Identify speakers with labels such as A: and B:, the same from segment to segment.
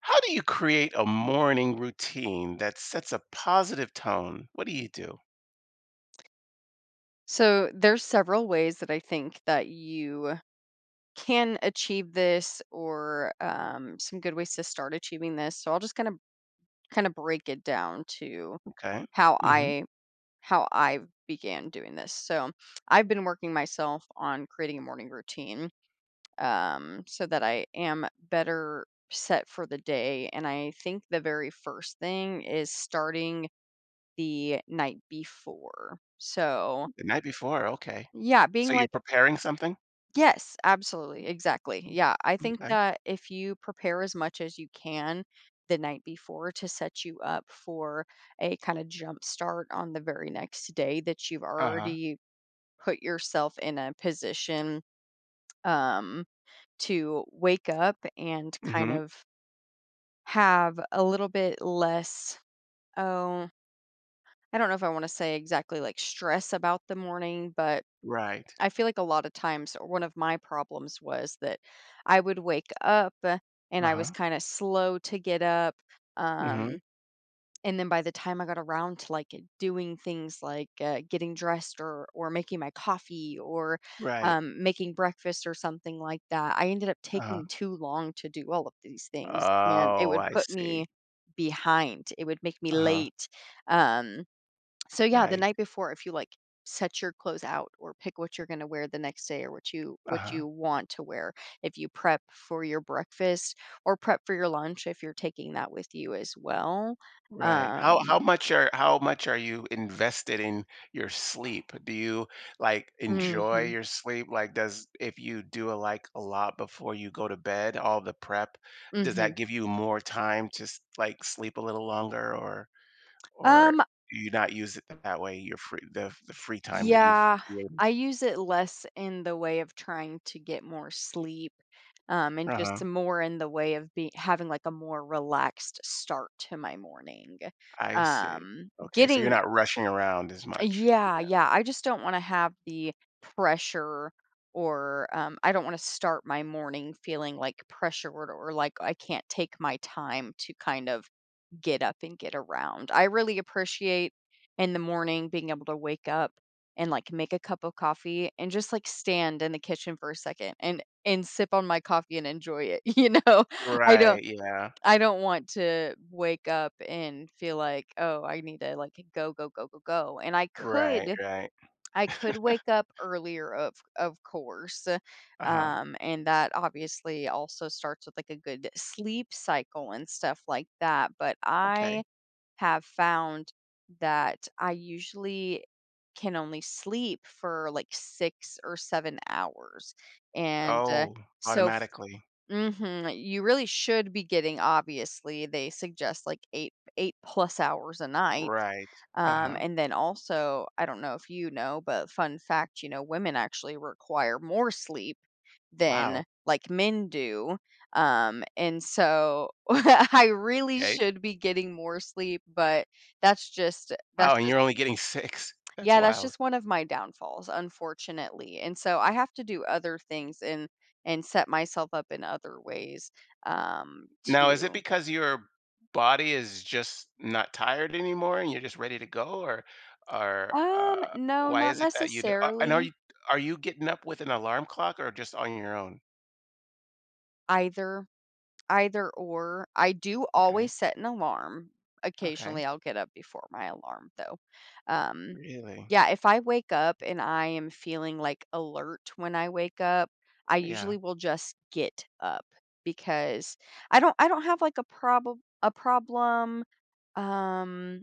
A: How do you create a morning routine that sets a positive tone? What do you do?
B: So there's several ways that I think that you can achieve this or some good ways to start achieving this. So I'll just kind of break it down to
A: Okay.
B: how
A: Hmm.
B: I how I began doing this. So I've been working myself on creating a morning routine so that I am better set for the day. And I think the very first thing is starting the night before. So
A: The night before. Okay.
B: yeah, being
A: So you're
B: like
A: preparing something?
B: yes, absolutely. Exactly. Yeah. I think
A: Okay.
B: that if you prepare as much as you can the night before to set you up for a kind of jump start on the very next day, that you've
A: Uh huh.
B: already put yourself in a position um, to wake up and kind
A: Hmm.
B: of have a little bit less, oh, I don't know if I want to say exactly like stress about the morning, but
A: Right.
B: I feel like a lot of times one of my problems was that I would wake up and
A: Uh
B: I was
A: huh.
B: kind of slow to get up. Um,
A: Hmm.
B: and then by the time I got around to like doing things like getting dressed or making my coffee or
A: Right.
B: making breakfast or something like that, I ended up
A: Uh huh.
B: taking too long to do all of these things, and it
A: Oh,
B: would
A: I
B: put
A: see.
B: me behind. It would make me
A: Uh huh.
B: late. Um, so yeah, the
A: Right.
B: night before, if you like set your clothes out or pick what you're going to wear the next day or what you
A: Uh
B: what
A: huh.
B: you want to wear, if you prep for your breakfast or prep for your lunch if you're taking that with you as well.
A: Right. How
B: Um,
A: how much are how much are you invested in your sleep? Do you like enjoy
B: mhm,
A: your sleep? Like does if you do a like a lot before you go to bed, all the prep, does
B: mhm.
A: that give you more time to like sleep a little longer or
B: Um,
A: do you not use it that way? Your free the free time that you've
B: yeah,
A: created.
B: I use it less in the way of trying to get more sleep. And
A: Uh-huh.
B: just more in the way of be having like a more relaxed start to my morning
A: I see.
B: um
A: Okay. So you're
B: getting
A: not rushing around as much.
B: yeah,
A: Yeah.
B: yeah. I just don't wanna have the pressure or, I don't wanna start my morning feeling, like, pressured or like I can't take my time to kind of get up and get around. I really appreciate in the morning being able to wake up and, like, make a cup of coffee and just, like, stand in the kitchen for a second and sip on my coffee and enjoy it, you know? I
A: Right.
B: don't
A: Yeah.
B: I don't want to wake up and feel like, "Oh, I need to, like, go, go, go, go, go," and I
A: Right.
B: could
A: Right.
B: I could wake up earlier, of course,
A: Uh-huh.
B: and that obviously also starts with, like, a good sleep cycle and stuff like that, but I
A: Okay.
B: have found that I usually can only sleep for, like, 6 or 7 hours, and,
A: Oh,
B: so
A: automatically.
B: mhm, you really should be getting obviously, they suggest, like, 8 8 plus hours a night,
A: Right. Uh-huh.
B: and then also, I don't know if you know, but fun fact, you know, women actually require more sleep than,
A: Wow.
B: like, men do, and so I really
A: Okay.
B: should be getting more sleep, but that's just that's
A: Wow, and
B: just
A: you're only getting 6. That's
B: yeah, that's
A: wild.
B: just one of my downfalls, unfortunately, and so I have to do other things and set myself up in other ways, um,
A: Now, is it
B: to
A: because your body is just not tired anymore and you're just ready to go or
B: No,
A: why
B: not
A: is it that you d and
B: necessarily
A: are you getting up with an alarm clock or just on your own?
B: either. Either or. I do
A: Okay.
B: always set an alarm. Occasionally,
A: Okay.
B: I'll get up before my alarm, though. Um,
A: Really?
B: yeah, if I wake up and I am feeling like alert when I wake up, I
A: Yeah.
B: usually will just get up because I don't have like a problem. Um,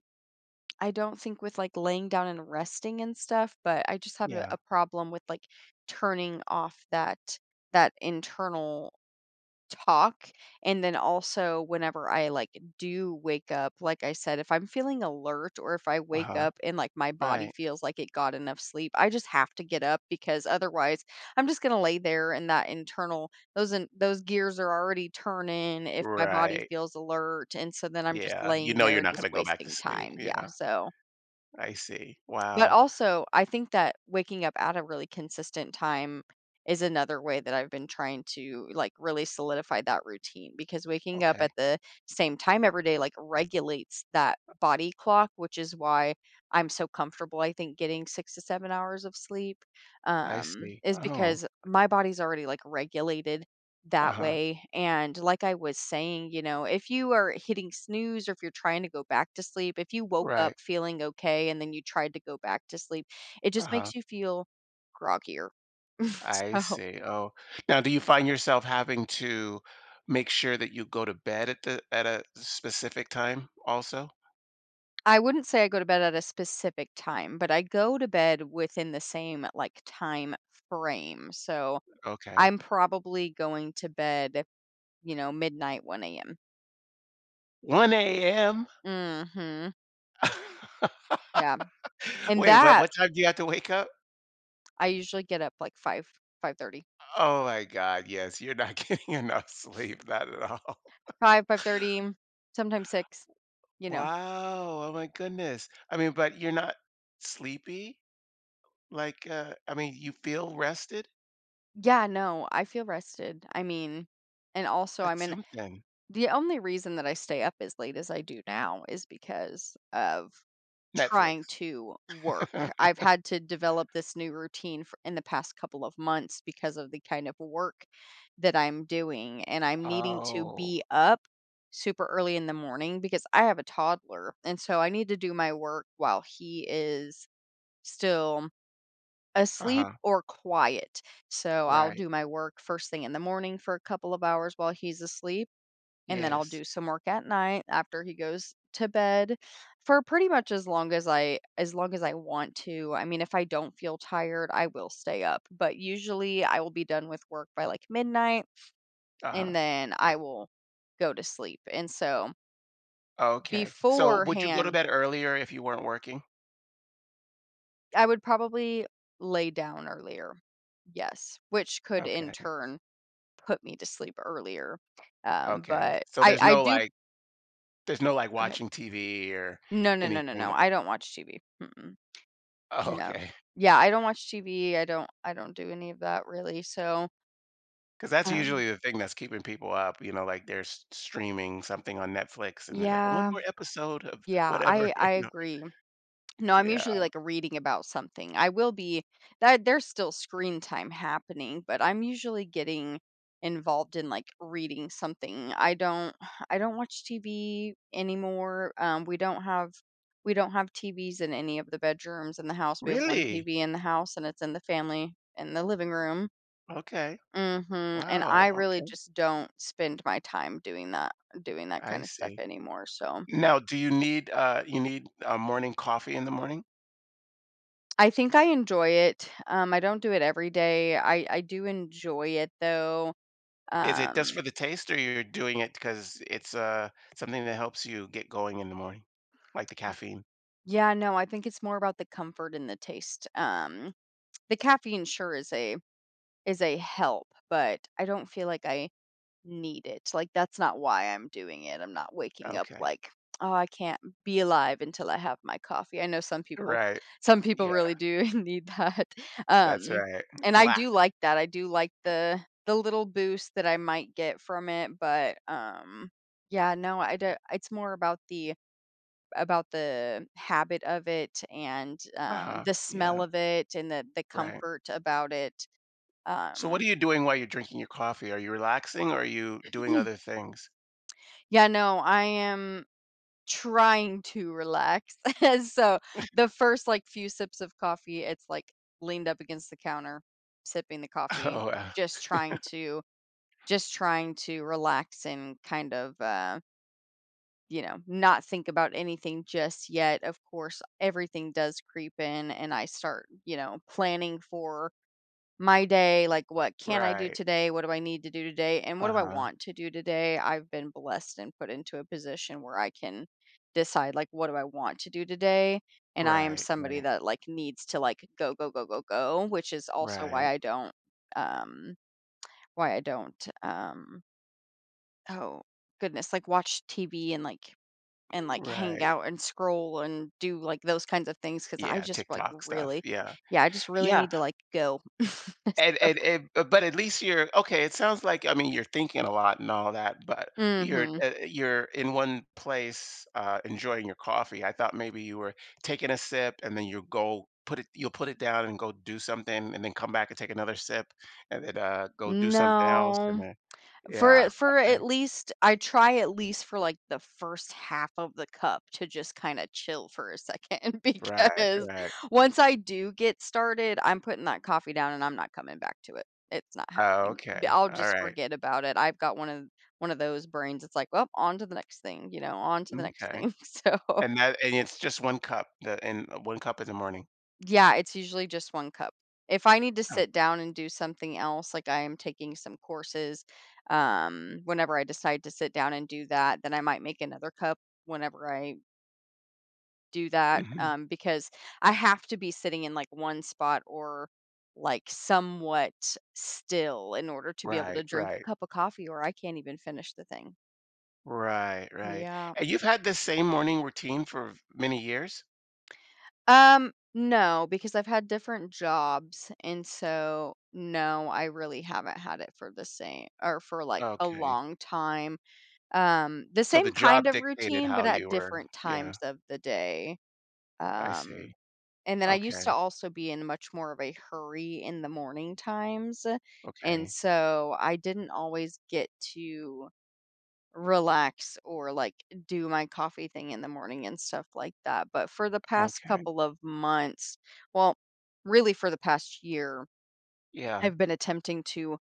B: I don't think with like laying down and resting and stuff, but I just have
A: Yeah.
B: a problem with like turning off that internal talk and then also whenever I, like, do wake up, like I said, if I'm feeling alert or if I wake
A: Uh-huh.
B: up and, like, my body
A: Right.
B: feels like it got enough sleep, I just have to get up because otherwise I'm just gonna lay there and that internal those in those gears are already turning if my body
A: Right.
B: feels alert, and so then I'm just
A: Yeah. You
B: laying
A: know
B: there
A: you're
B: and
A: not
B: just
A: gonna go back to
B: wasting
A: sleep.
B: time, yeah,
A: Yeah.
B: so
A: I see.
B: but
A: Wow.
B: also, I think that waking up at a really consistent time is another way that I've been trying to, like, really solidify that routine because waking up
A: Okay.
B: at the same time every day, like, regulates that body clock, which is why I'm so comfortable, I think, getting 6 to 7 hours of sleep,
A: I see.
B: is
A: Oh,
B: because my body's already, like, regulated that
A: uh-huh.
B: way. And like I was saying, you know, if you are hitting snooze or if you're trying to go back to sleep, if you woke up
A: Right.
B: feeling okay and then you tried to go back to sleep, it just
A: Uh-huh.
B: makes you feel groggier.
A: I
B: So
A: see. Oh. Now, do you find yourself having to make sure that you go to bed at the at a specific time also?
B: I wouldn't say I go to bed at a specific time, but I go to bed within the same like time frame. So
A: Okay.
B: I'm probably going to bed, you know, midnight, 1 a.m.
A: 1 a.m.
B: Mm-hmm. Yeah. And
A: Wait, what
B: that
A: what time do you have to wake up?
B: I usually get up like 5, 5:30.
A: Oh my God, yes, you're not getting enough sleep, not at all.
B: 5, 5:30, sometimes 6, you know.
A: Wow, oh my goodness. I mean, but you're not sleepy? Like, I mean, you feel rested?
B: Yeah, no, I feel rested. I mean, and also, I
A: That's
B: mean,
A: something.
B: the only reason that I stay up as late as I do now is because of trying
A: Netflix.
B: to work. I've had to develop this new routine for in the past couple of months because of the kind of work that I'm doing, and I'm needing to
A: Oh,
B: be up super early in the morning because I have a toddler, and so I need to do my work while he is still asleep
A: uh-huh,
B: or quiet. So I'll
A: right,
B: do my work first thing in the morning for a couple of hours while he's asleep, and then I'll
A: yes,
B: do some work at night after he goes to bed for pretty much as long as I as long as I want to. I mean, if I don't feel tired, I will stay up, but usually I will be done with work by like midnight and
A: uh-huh,
B: then I will go to sleep. And so
A: okay, so would you go to
B: beforehand,
A: bed earlier if you weren't working?
B: I would probably lay down earlier. Yes, which could in
A: Okay,
B: turn put me to sleep earlier.
A: okay,
B: But
A: so
B: I I do
A: there's no, like,
B: go ahead.
A: watching TV or
B: No, no, no, no, no,
A: anything.
B: I don't watch TV. Mm-mm.
A: Oh,
B: No.
A: okay.
B: Yeah, I don't watch TV. I don't do any of that really, so,
A: Because that's
B: um
A: usually the thing that's keeping people up, you know, like, they're s streaming something on Netflix and they're like, "One
B: yeah,
A: more episode of
B: yeah,
A: whatever,"
B: I
A: you know?
B: agree. No, I'm
A: Yeah.
B: usually, like, reading about something. I will be that there's still screen time happening, but I'm usually getting involved in, like, reading something. I don't watch TV anymore. We don't have TVs in any of the bedrooms in the house. We have 1
A: Really?
B: TV in the house, and it's in the family in the living room.
A: Okay,
B: Mhm, and I
A: wow,
B: really
A: okay,
B: just don't spend my time doing that
A: I
B: kinda stuff
A: see.
B: anymore, so
A: Now do you need, a morning coffee in the morning?
B: I think I enjoy it. I don't do it every day. I do enjoy it though.
A: Is it just
B: Um,
A: for the taste, or you're doing it because it's, something that helps you get going in the morning? Like the caffeine?
B: yeah, no, I think it's more about the comfort and the taste. The caffeine sure is a help, but I don't feel like I need it. Like, that's not why I'm doing it. I'm not waking up
A: Okay.
B: like, "Oh, I can't be alive until I have my coffee." I know some people
A: Right.
B: some people
A: Yeah,
B: really do need that.
A: that's
B: Um,
A: right.
B: and I
A: Black.
B: do like that. I do like the little boost that I might get from it, but, yeah, no, I do it's more about the habit of it and,
A: Uh-huh.
B: the smell
A: Yeah,
B: of it and the
A: right.
B: comfort about it.
A: So what
B: Um,
A: are you doing while you're drinking your coffee? Are you relaxing or are you doing other things?
B: yeah, no, I am trying to relax. So, the first, like, few sips of coffee, it's, like, leaned up against the counter, sipping the coffee,
A: Oh, wow.
B: just trying to just trying to relax and kind of, you know, not think about anything just yet. Of course, everything does creep in, and I start, you know, planning for my day, like what can I do
A: Right.
B: today? What do I need to do today? And what do I
A: Uh-huh.
B: want to do today? I've been blessed and put into a position where I can decide like what do I want to do today? And I am
A: Right,
B: somebody
A: right,
B: that like needs to like go go go go go, which is also
A: right,
B: um why I don't um oh goodness, like watch TV and like and hang
A: right.
B: out and scroll and do like those kinds of things cuz I
A: Yeah,
B: just like
A: TikTok stuff,
B: really
A: yeah.
B: yeah, I just really
A: Yeah.
B: need to like go.
A: And But at least you're okay, it sounds like. I mean, you're thinking a lot and all that, but
B: Mhm.
A: you're in one place, enjoying your coffee. I thought maybe you were taking a sip and then you go put it you'll put it down and go do something and then come back and take another sip and then, go do something else
B: No.
A: and then yeah,
B: For
A: okay.
B: at least I try at least for, like, the first half of the cup to just kinda chill for a second
A: Right,
B: because
A: right.
B: once I do get started, I'm putting that coffee down and I'm not coming back to it. It's not
A: Oh,
B: happening. B
A: okay.
B: I'll
A: All
B: just
A: right.
B: forget about it. I've got one of those brains, it's like, "Well, on to the next thing," you know, "on to the next
A: Okay.
B: thing," so
A: And that and it's just 1 cup, the and 1 cup in the morning.
B: yeah, it's usually just 1 cup. If I need to
A: Oh,
B: sit down and do something else, like I am taking some courses, whenever I decide to sit down and do that, then I might make another cup whenever I do that,
A: mhm.
B: because I have to be sitting in, like, one spot or, like, somewhat still in order to be able to
A: Right,
B: drink a
A: right.
B: cup of coffee or I can't even finish the thing.
A: Right, right.
B: Yeah.
A: And you've had this same morning routine for v many years?
B: No, because I've had different jobs, and so, no, I really haven't had it for the same or for, like, a
A: Okay.
B: long time. The
A: So the
B: same kind
A: job
B: of
A: dictated
B: routine, but
A: how you
B: at
A: were
B: different
A: yeah,
B: times of the day.
A: I see.
B: Um, and then I used
A: Okay,
B: to also be in much more of a hurry in the morning times, and
A: okay,
B: so I didn't always get to relax or like do my coffee thing in the morning and stuff like that. But for the past
A: okay.
B: couple of months, well, really for the past year,
A: Yeah,
B: I've been attempting to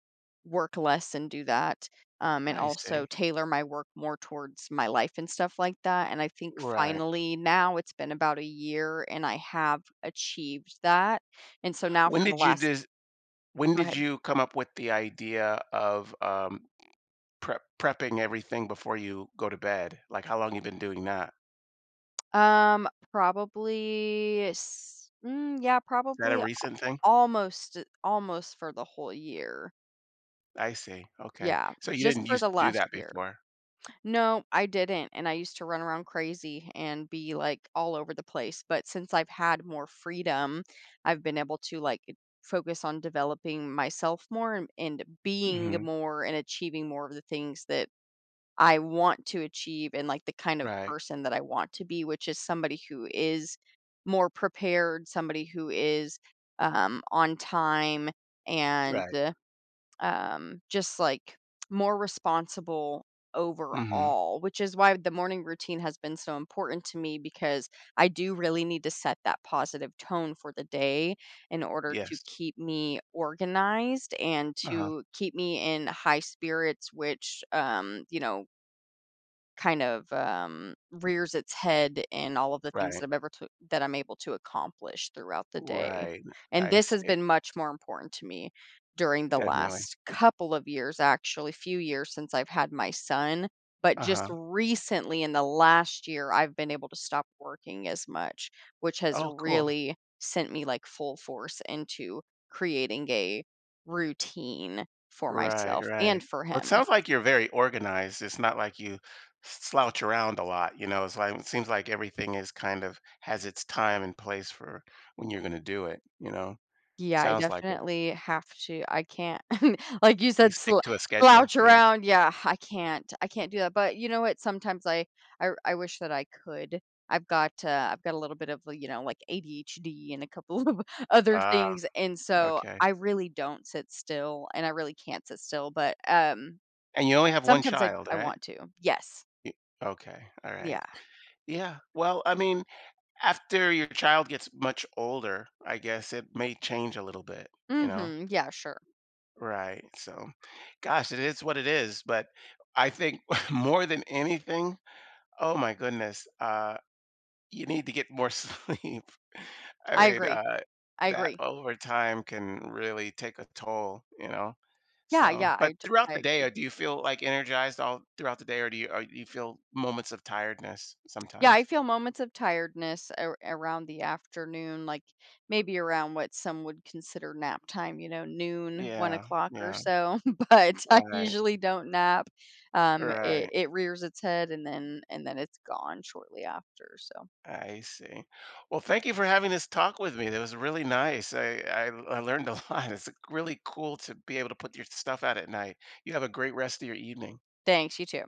B: work less and do that. And
A: I
B: also
A: see.
B: tailor my work more towards my life and stuff like that. And I think
A: Right.
B: finally now it's been about a year and I have achieved that. And so now
A: When
B: for the
A: did you
B: last,
A: dis when
B: go
A: did
B: ahead.
A: you come up with the idea of, prepping everything before you go to bed? Like, how long you been doing that? Is
B: Probably, s- mm, yeah,
A: that a
B: probably
A: recent thing?
B: almost almost for the whole year.
A: I see, okay.
B: Yeah,
A: So you
B: just
A: didn't
B: for
A: used
B: the
A: to do
B: last
A: that
B: year.
A: before.
B: No, I didn't, and I used to run around crazy and be, like, all over the place, but since I've had more freedom, I've been able to, like, focus on developing myself more and being
A: Mhm.
B: more and achieving more of the things that I want to achieve and, like, the kind of
A: Right,
B: person that I want to be, which is somebody who is more prepared, somebody who is, on time and
A: right.
B: uh, um, just like more responsible
A: Mhm.
B: overall, which is why the morning routine has been so important to me because I do really need to set that positive tone for the day in order to
A: Yes.
B: keep me organized and
A: Uh-huh.
B: to keep me in high spirits, which, you know, kind of, rears its head in all of the things that
A: Right,
B: I'm able to accomplish throughout the day,
A: right.
B: and
A: I
B: this has
A: see,
B: been much more important to me during the
A: definitely.
B: last couple of years, actually, few years since I've had my son, but just
A: Uh-huh.
B: recently in the last year, I've been able to stop working as much, which has
A: Oh, cool.
B: really sent me, like, full force into creating a routine for
A: Right,
B: myself
A: right.
B: and for
A: Well, it
B: him.
A: sounds like you're very organized. It's not like you slouch around a lot, you know? It's like it seems like everything is kind of has its time and place for when you're gonna do it, you know?
B: Yeah, I
A: Sounds like it.
B: definitely have to. I can't, like you
A: You
B: said,
A: stick to a schedule,
B: slouch
A: yeah.
B: around, yeah, I can't do that, but you know what, sometimes I wish that I could. I've got a little bit of, you know, like, ADHD and a couple of other
A: Ah,
B: things, and so
A: okay.
B: I really don't sit still, and I really can't sit still, but,
A: And you only have 1
B: sometimes I
A: child,
B: I
A: right?
B: want to. Yes.
A: Y Okay, alright.
B: Yeah.
A: Yeah, well, I mean, after your child gets much older, I guess it may change a little bit, you know?
B: Mhm, yeah, sure.
A: Right. So, gosh, it is what it is. But I think more than anything, oh my goodness, you need to get more sleep. I
B: I
A: mean,
B: agree. I
A: that
B: agree.
A: over time can really take a toll, you know.
B: Yeah,
A: So,
B: yeah, I
A: but
B: t
A: throughout the
B: I
A: day, do you feel like energized all throughout the day, or do you feel moments of tiredness
B: yeah, I
A: sometimes?
B: feel moments of tiredness around the afternoon, like maybe around what some would consider nap time, you know, noon, one
A: Yeah.
B: o'clock or
A: Yeah.
B: so. But I
A: Right.
B: usually don't nap. It,
A: Right.
B: it rears its head and then it's gone shortly after. So
A: I see. Well, thank you for having this talk with me. That was really nice. I learned a lot. It's really cool to be able to put your stuff out at night. You have a great rest of your evening.
B: thanks, you too.